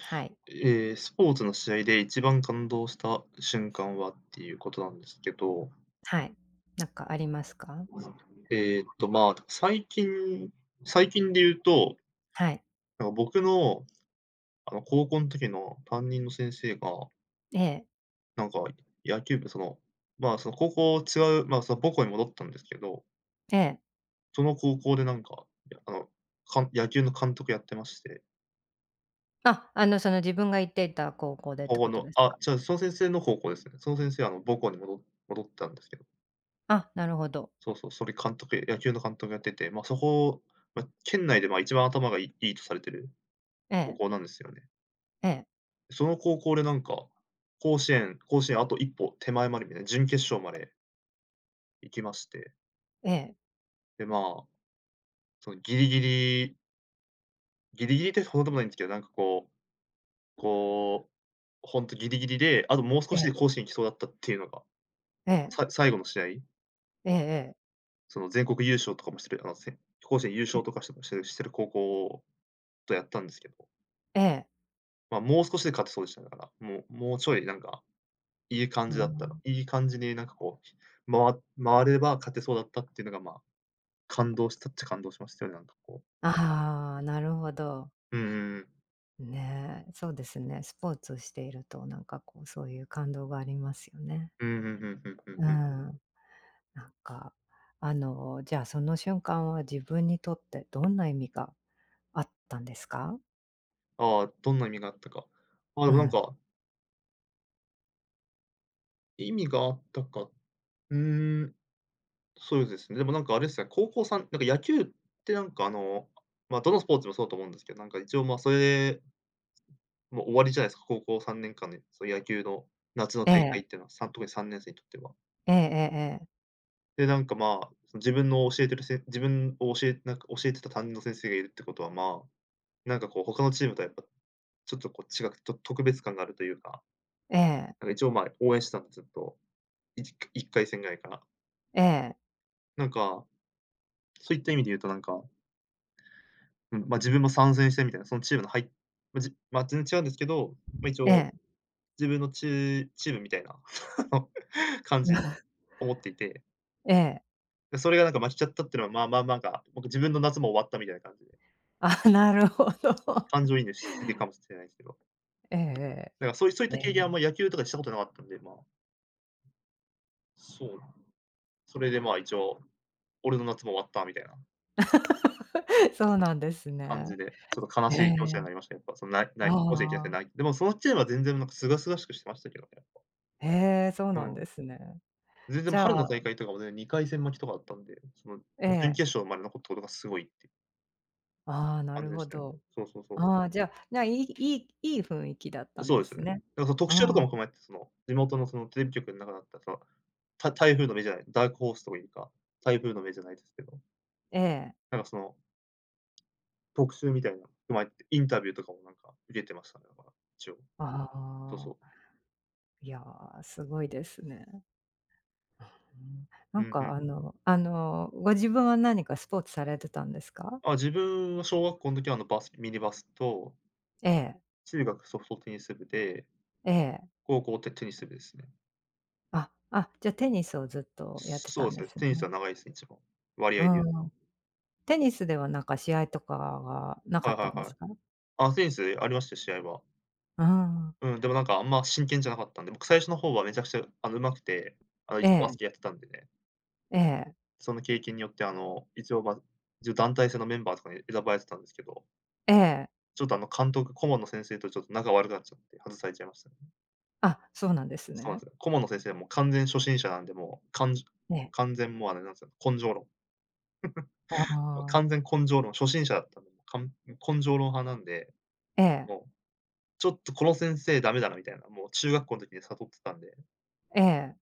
はい、ええ、スポーツの試合で一番感動した瞬間はっていうことなんですけど、はい。なんかありますか？まあ、最近で言うと、はい。なんか僕の、あの、高校の時の担任の先生が、ええ、なんか野球部、その、まあ、その高校違う、まあ、その母校に戻ったんですけど、ええ。その高校でなんか、やあの、かん野球の監督やってまして、あ、その自分が行っていた高校でっ高て校ことのですあ、か？じゃあその先生の高校ですね。その先生、あの、母校に戻ったんですけど、あ、なるほど。そうそう、それ監督野球の監督やってて、ま、そこ、ま、県内で、ま、一番頭がいいとされてるえ高え、校なんですよね。ええ、その高校でなんか、甲子園あと一歩手前までみたいな、準決勝まで行きまして、ええ、で、まあ、そのギリギリってほどでもないんですけど、なんかこう、ほんとギリギリで、あともう少えしでえ、甲子園行きそうだったっていうのが、ええ、最後の試合、ええええ、その全国優勝とかもしてる、あの、甲子園優ええ、勝えとかしてる高校とやったんですけど、えええええええええ。まあ、もう少しで勝てそうでしたね、だから。もうちょいなんか、いい感うーじだったらん。いい感じになんかこう、回れば勝てそうだったっていうのが、まあ、感動したっちゃ感動しましたよね、なんかこああ、なるほど。う。うんうんうん。ねえ、そうですね。スポーツをしていると、なんかこう、そういう感動がありますよね。うん、うんうんうんううんん。うん。なんか、じゃあ、その瞬間は自分にとってどんな意味があったんですか？ああ、どんな意味があったか。ああ、でうもなんん。か、意味があったか、うーん、そうですね。でもなんかあれですね、高校3なんか野球ってなんかあの、まあ、どのスポーツもそうだと思うんですけど、なんか一応、まあ、それで、もう終わりじゃないですか、高校3年間で、そういう野球の夏のえ大会え。っていうのは、特に3年生にとっては。ええええええ。で、なんか、まあ、その自分の教えてるせ自分を教えなんか、教えてた担任の先生がいるってことは、まあ、なんかこう他のチームとはやっぱ、ちょっとこう違く、特別感があるというか、なんか一応、まあ、応援してたんで、ずっと、い1回戦ぐらいから。ええええ。なんか、そういった意味で言うとなんか、うん、まあ、自分も参戦してみたいな、そのチームのま、まあ、全然違うんですけど、ま、一応ええ。自分のチームみたいなあの感じに思っていて、ええ。で、それがなんか負けちゃったっていうのは、まあまあ、なんか、自分の夏も終わったみたいな感じで。あ、なるほど。感 情移入しすぎかもしれないですけど、ええだからそういうそういったえ経験え。はあんまえ野球とかしたことなかったんで、まあ、そう、それでまあ一応、俺の夏も終わったみたいなえ。そうなんです感じね。で、ちょっと悲えしい気持ちになえ。りましたねやっぱその、ないない甲子園行けなくてああ。ない。でもそのチームは全然なんか清々しくしてましたけどね、やっぱ。へえ、そううなんでん。すね。全然じ春ゃの大あ、会とかもね、2回戦負けとかだったんで、そのえ準決え。勝まで残ったことがすごいっていうああ、な感るじでほしたよね。ど。そうそうそう。ああ、じゃあ、じゃあ、いい雰囲気だったんそでうですよすね。ね。なんかその特集とかああ、も踏まえて、その、地元のそのテレビ局の中だったら、その、台風の目じゃない、ダークホースというか、台風の目じゃないですけど、ええ。なんかその、特集みたいなの踏まえて、インタビューとかもなんか受けてましたね、だから、一応。あそうそう。あ、いや、すごいですね。うん。なうんんうかん。ご自分は何かスポーツされてたんですか？あ、自分は小学校の時はあのミニバスと、ええ、中学ソフトテニス部で、ええ。高校ってテニス部ですね。あ、あ、じゃ、テニスをずっとやってたそうんですでね、すテニスね。は長いですね、一番。割合うで言うと。ん。テニスではなんか試合とかがなはかいっはたんいではすい。か？あ、テニスありましたよ、試合は。うん。うん、でもなんかあんま真剣じゃなかったんで、僕最初の方はめちゃくちゃ、あの、上手くて、あの、え一応バスえ、ケやってたんでね、ええ、その経験によってあの、一応、ま、一応団体戦のメンバーとかに選ばれてたんですけど、ええ。ちょっとあの監督、顧問の先生とちょっと仲悪くなっちゃって、外されちゃいましたね。あ、そうなんですそうなんね。ですよ。顧問の先生はもう完全初心者なんで、もう、かんじえもうえ。完全もうあれなんですよ、根性論。あま完あ。全根性論、初心者だったんで、もう、根性論派なんで、ええ、もう、ちょっとこの先生ダメだなみたいな、もう中学校の時に悟ってたんで、ええ、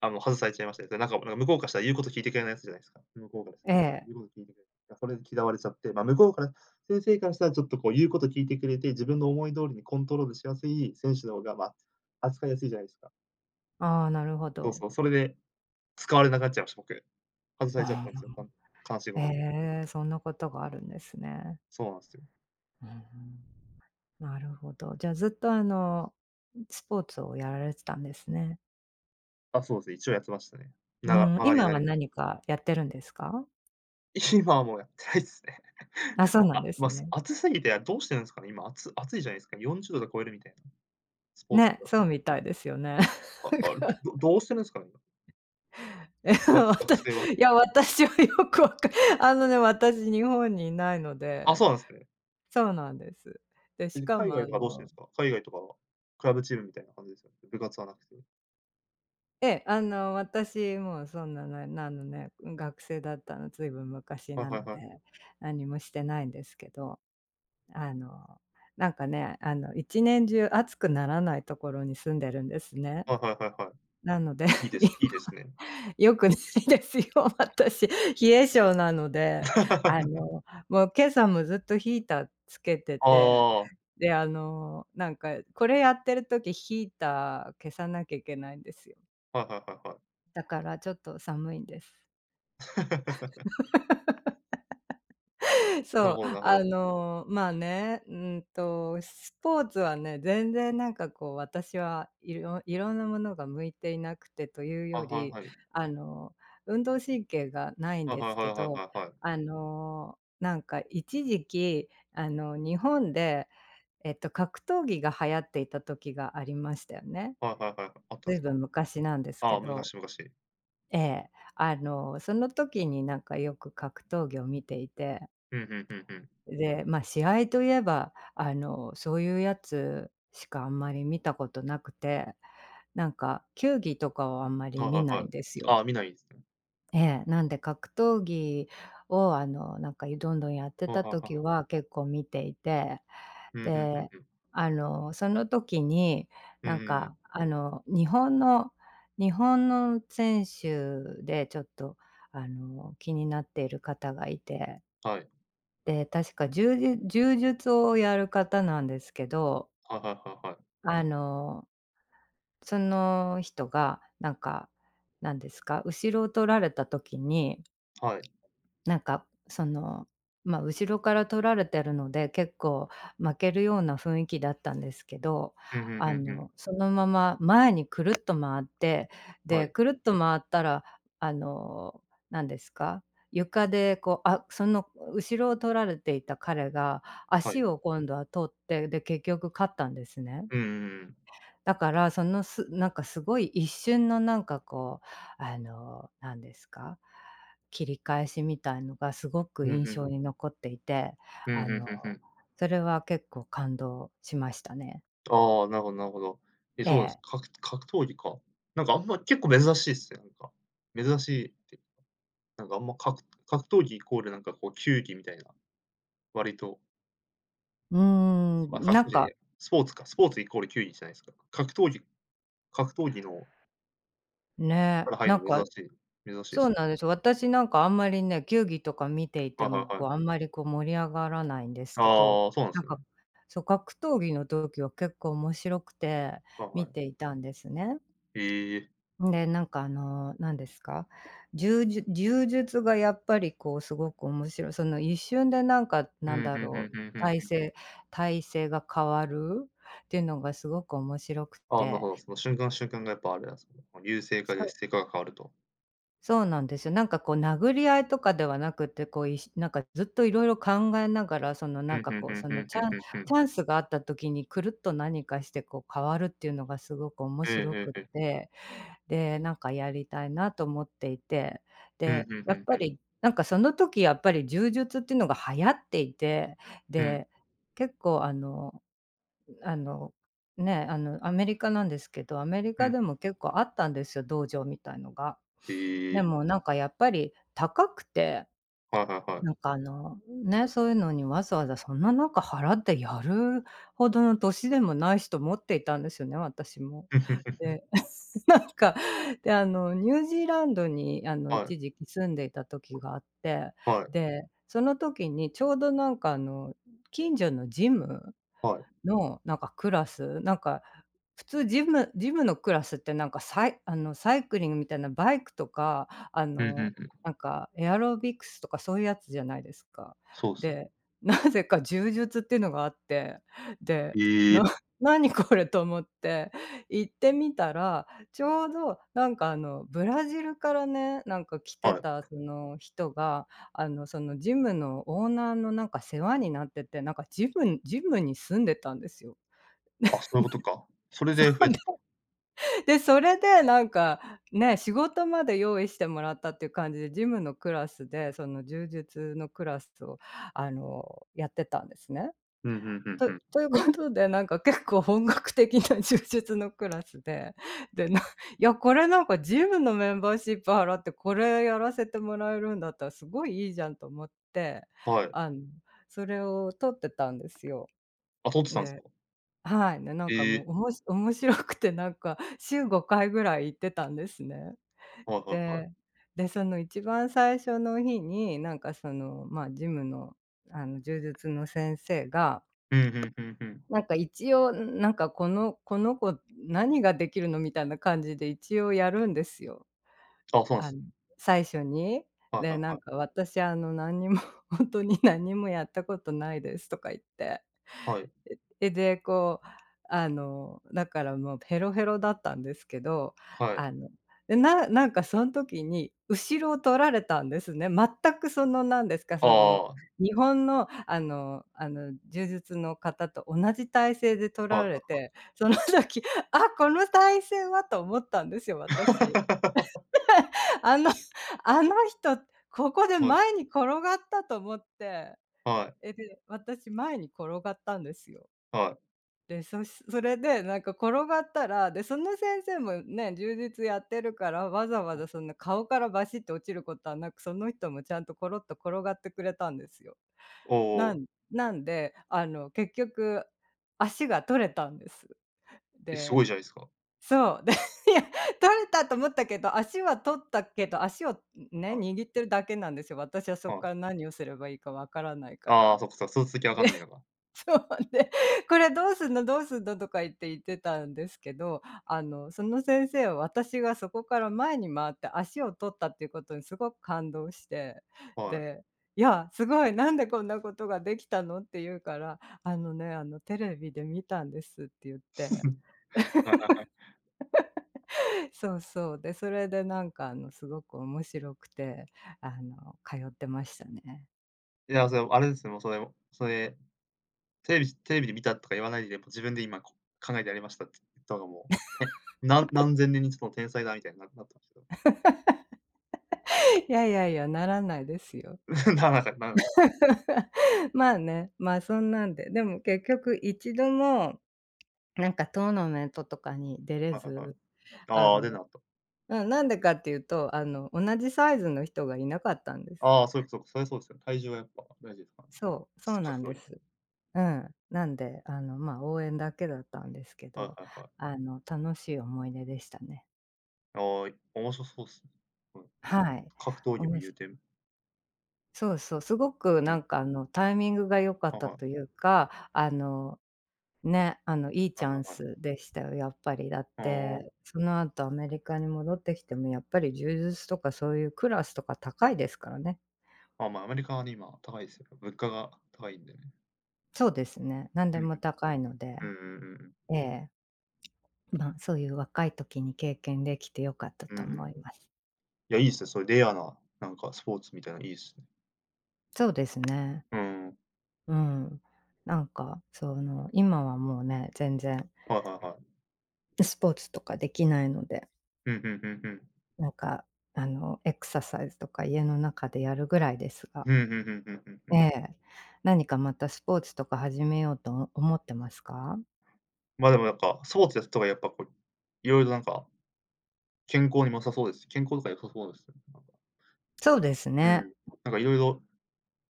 もう外されちゃいましたね。なんか向こうからしたら言うこと聞いてくれないやつじゃないですか。向こうからしたえら、え。言うこと聞いてくれない。いやそれで嫌われちゃって、ま、向こうから先生からしたらちょっとこう言うこと聞いてくれて、自分の思い通りにコントロールしやすい選手の方が、ま、扱いやすいじゃないですか。ああ、なるほそうど。そう、それで使われなくなっちゃいました、僕。外されちゃったんですあよ、悲しいこあ、とに。ええ、そんなことがあるんですね。そうなんすよ。うん。なるほど。じゃあ、ずっとスポーツをやられてたんですね。あ、そうですね、一応やってましたね。うん、曲がり今なりはに。何かやってるんですか？今はもうやってないっすね。あ、そうま、なんですま、ね。暑すぎて、どうしてるんですかね、今、暑いじゃないですか。40度超えるみたいな、スポーツね、だと。そうみたいですよね。あ、あどうしてるんすかね？え、わた学い生は。や、私はよくわか、 あのね、私日本にいないのあ、で、そうなんですね。そうなんです。で、え、しじゃ、か海も外あとかどうしてんの、すか？海外とかは、クラブチームみたいな感じですよね？部活はなくて。ええ、あの、私もうそんな、あのね、学生だったの、ずいぶん昔はいなはいのはい。で、何もしてないんですけど、あの、なんかね、あの、一年中暑くならないところに住んでるんですね。はいはいはいはなので。 い。いいです、いい ですね。良くないですよ、私、冷え性なので、あ の、もう今朝もずっとヒーターつけてあて、あ、はで、あの、なんかこれやってる時ヒーター消さなきゃいけないんですよ。いはいはいはい。だからちょっと寒いんです。なるそう、ほどなるほあど。の、まあね、スポーツはね、全然なんかこう私はいろいろんなものが向いていなくてというはいより、はいはい。あの、運動神経がないんはいではいすはけいはいど、はいはい。あの、なんか一時期、あの、日本で、格闘技が流行っていた時がありましたよね。はいはいはいはい。あったんずいすぶか？ん昔なんですあけあ、ど、昔々。ええ、あの、その時になんかよく格闘技を見ていて、ふんふんふんふん。で、ま、試合といえば、あの、そういうやつしかあんまり見たことなくて、なんか球技とかをあんまりはいは見いないはんい。ですよ。ああ、見ないですね。ええ、なんで格闘技を、あの、なんか、どんどんやってはいたはいは時い。は結構見ていて、ふんふんふんで、ふん。あの、その時に、うんうなんんうん。か、あの、日本の選手でちょっと、あの、気になっている方がいて、はい。で、確か柔術をやる方なんですけど、はいはいはあの、その人がなんか、なんですか、後ろを取られた時にいはい。はい。なんか、その、ま、後ろから撮られてるので、結構負けるような雰囲気だったんですけど、ふんふんふあんふん。の、そのまま前にくるっと回って、はで、い。くるっと回ったら、あの、何ですか、床でこう、あ、その後ろを取られていた彼が、はい。足を今度は取って、で、結局勝ったんですね。うんうんうん。だから、その、なんかすごい一瞬のなんかこう、あの、なんですか、切り返しみたいのがすごくふん印ふん。象に残っていて、ふんあふんの、ふんふん。それは結構感動しましたね。ああ、なるほどなるほど。え、えそうなんです。え。格闘技か。なんかあんま結構珍しいっすね、なんか。珍しいって、なんかあんま、格闘技イコールなんかこう球技みたいな、割と、うーまあ、ん、格なん闘技か、でスポーツか、スポーツイコール球技じゃないですか。格闘技のかね、ら入なるんのか、珍しいでそうす。なんですよ。私なんかあんまりね、球技とか見ていはていはも、いはこう、あんい。まりこう盛り上がらないんですけど、ああ、そうなんでなんすね。か、そう、格闘技の時は結構面白くてはいは見てい。いたんですね。ええ。で、なんかあの、何ですか、じ術柔術がやっぱりこうすごく面白い、その一瞬でなんかうなんん、だふんふろんう、ふんふん体ふん。勢体勢が変わるっていうのがすごく面白くああ、なるて、ほど、その瞬間瞬間がやっぱあれなんすね。優勢かそ劣う、勢かが変わると。そうなんですよ。なんかこう殴り合いとかではなくて、こういしなんかずっといろいろ考えながら、そのうなんん、ふかんこふう、んそふのんふんふんふチん。ャンスがあった時にくるっと何かしてこう変わるっていうのがすごく面ふん白ふんくっふん。て。で、なんかやりたいなと思っていて、うん、で、ふんふんふやっんふぱんふん。りなんかその時やっぱり柔術っていうのが流行っていて、うん、で、結構あの、あの、ね、あのアメリカなんですけど、アメリうカん。でも結構あったんですよ、道場みたいのが。えでえ、もなんかやっぱり高くて、はいはいはい。なんかあの、ね、そういうのにわざわざそんななんか払ってやるほどの年でもないしと思っていたんですよね、私も。で、なんか、で、あの、ニュージーランドにあの、はい一時期住んでいた時があって、はいで、その時にちょうどなんかあの、近所のジムはい。のなんかクラス、なんか普通ジムのクラスってなんかあの、サイクリングみたいなバイクとか、あうん、うんの、うん。なんかエアロビクスとかそういうやつじゃないですか。そうですね。で、なぜか柔術っていうのがあって、で、えな え、何これと思って行ってみたら、ちょうどなんかあの、ブラジルからね、なんか来てはい。たその人が、あの、そのジムのオーナーのなんか世話になってて、なんかジムに住んでたんですよ。あ、そういうことか。それで増えたと。で、それでなんか、ね、仕事まで用意してもらったっていう感じで、ジムのクラスで、その柔術のクラスを、あの、やってたんですね。うん、うんうんとうん。というこ とで、なんか結構本格的な柔術のクラスで、で、な、いや、これなんかジムのメンバーシップ払って、これやらせてもらえるんだったらすごいいいじゃんと思って、はい。あの、それを取ってたんですよ。あ、取ってたんですで、か？はい、で、なんかえもえ、うおもし 面白くてなんか週5回ぐらい行ってたんですね。はいはいはで、い。で、その一番最初の日に、なんかその、まあ、ジムの、あの、柔術の先生が、うん、うんうんうん。なんか一応、なんかこの子何ができるのみたいな感じで一応やるんですよ。あ、そうなんであすの、ね。最初に。はいはで、いなはんかい。私あの、何にも 本当に何もやったことないですとか言って。はい。で、こう、あの、だからもうヘロヘロだったんですけど、はい。あの、で、なんかその時に後ろを取られたんですね。全くその、なんですか、あその、あ、は日本の、あの、柔術の方と同じ体勢で取いはいられはい。て、その 時、あ、この体勢はと思ったんですよ、私。あの、 あの人、ここではい、前に転がったと思って、はい、え、で、私前に転がったんですよ。はい。で、それでなんか転がったら、で、その先生もね、柔術やってるから、わざわざそんな顔からバシッと落ちることはなく、その人もちゃんとコロッと転がってくれたんですよ。おおおお。なんで、あの、結局足が取れたんです。え、すごで、いじゃないですか。そう、で、いや、取れたと思ったけど、足は取ったけど、足をね、はい、握ってるだけなんですよ。私はそはっかい。ら何をすればいいかわからないかああ、ら。そっかそっか、その続きわかんないのか。そうで、「これどうすんのどうすんの？」とか言って言ってたんですけど、あの、その先生は私がそこから前に回って足を取ったっていうことにすごく感動して、はい。で、「いや、すごい、なんでこんなことができたの？」って言うから、「あのね、あの、テレビで見たんです」って言って、はいは そうそう、で、それでなんか、あの、すごく面白くて、あの、通ってましたね。い。いや、それ、あれですね、もうそれテレビで見たとか言わないで、もう自分で今考えてやりましたって言ったのがもう、え、何千年に一度の天才だみたいになったんですけど。いやいやいや、ならないですよ。ならなかったならない。まあね、まあ、そんなんで、でも結局一度もなんかトーナメントとかに出れはいはいはい。ず、あああ、での、うん、なった。なんでかっていうと、あの、同じサイズの人がいなかったんです。ああ、そうかそうか、それそうですよね。体重はやっぱ大事ですからね。そう、そうなん格で闘技。す。うん。なんで、あの、まあ、応援だけだったんですけはいはど、いはい。あの、楽しい思い出でしたね。ああ、面白そうっすね。うん。はい。格闘お技もも言うして、うん、そうそう、すごくはないんかあの、タイミングが良かったはい。というか、あのね、あの、いいはチいャはいンはい。スでしたよ、やっぱり。だって、あその後アメリカに戻ってきてもやっぱり柔術とかそういうクラスとか高いですからね。あ、ま、アメリカはね、今高いですよ。物価が高いんでね。そうですね、何でも高いのうんうで、ん。うんうんうんうん。ええ、まあ、そういう若い時に経験できて良かったうんうとんう思んいます。いや、いいっすね。そういうレアな、なんかスポーツみたいなのいいっすね。そうですね、うん。うん。なんか、その、今はもうね、全然はいはいはい。スポーツとかできないので、ふんふんふんふん。なんか、あの、エクササイズとか家の中でやるぐらいですが、ふんふんふんふんふんふえん。え。何かまたスポーツとか始めようと思ってますか？ま、でもなんか、スポーツやってた方がやっぱこう、色々なんか、健康にも良さそうですし、健康とか良さそうですよね、なんか。そうですうね。ん。なんか色々、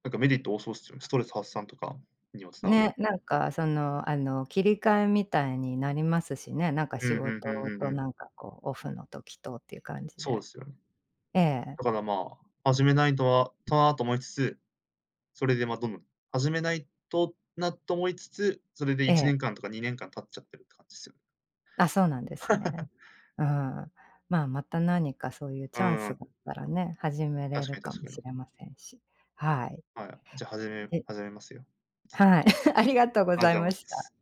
なんかメリット多そうすよね。ストレス発散とかにも繋がる。ね、なんかその、あの、切り替えみたいになりますしね、なんかう仕ん、ふんふん事ふんふとん。なんかこうオフの時とっていう感じそうでで。すよね。ええ、だからまあ、始めないとなと思いつつ、それでま、どんどん始めないとなと思いつつ、それでえ1え。年間とか2年間経っちゃってるって感じすよね。あ、そうなんですね。うん。まあ、また何かそういううチャンスがん、あったらね、始めれ確るかにか確もかに。しれませんし。はい。はい。じゃ、で、始めますよ。はい。ありがとうごありがざというごまざいました。す。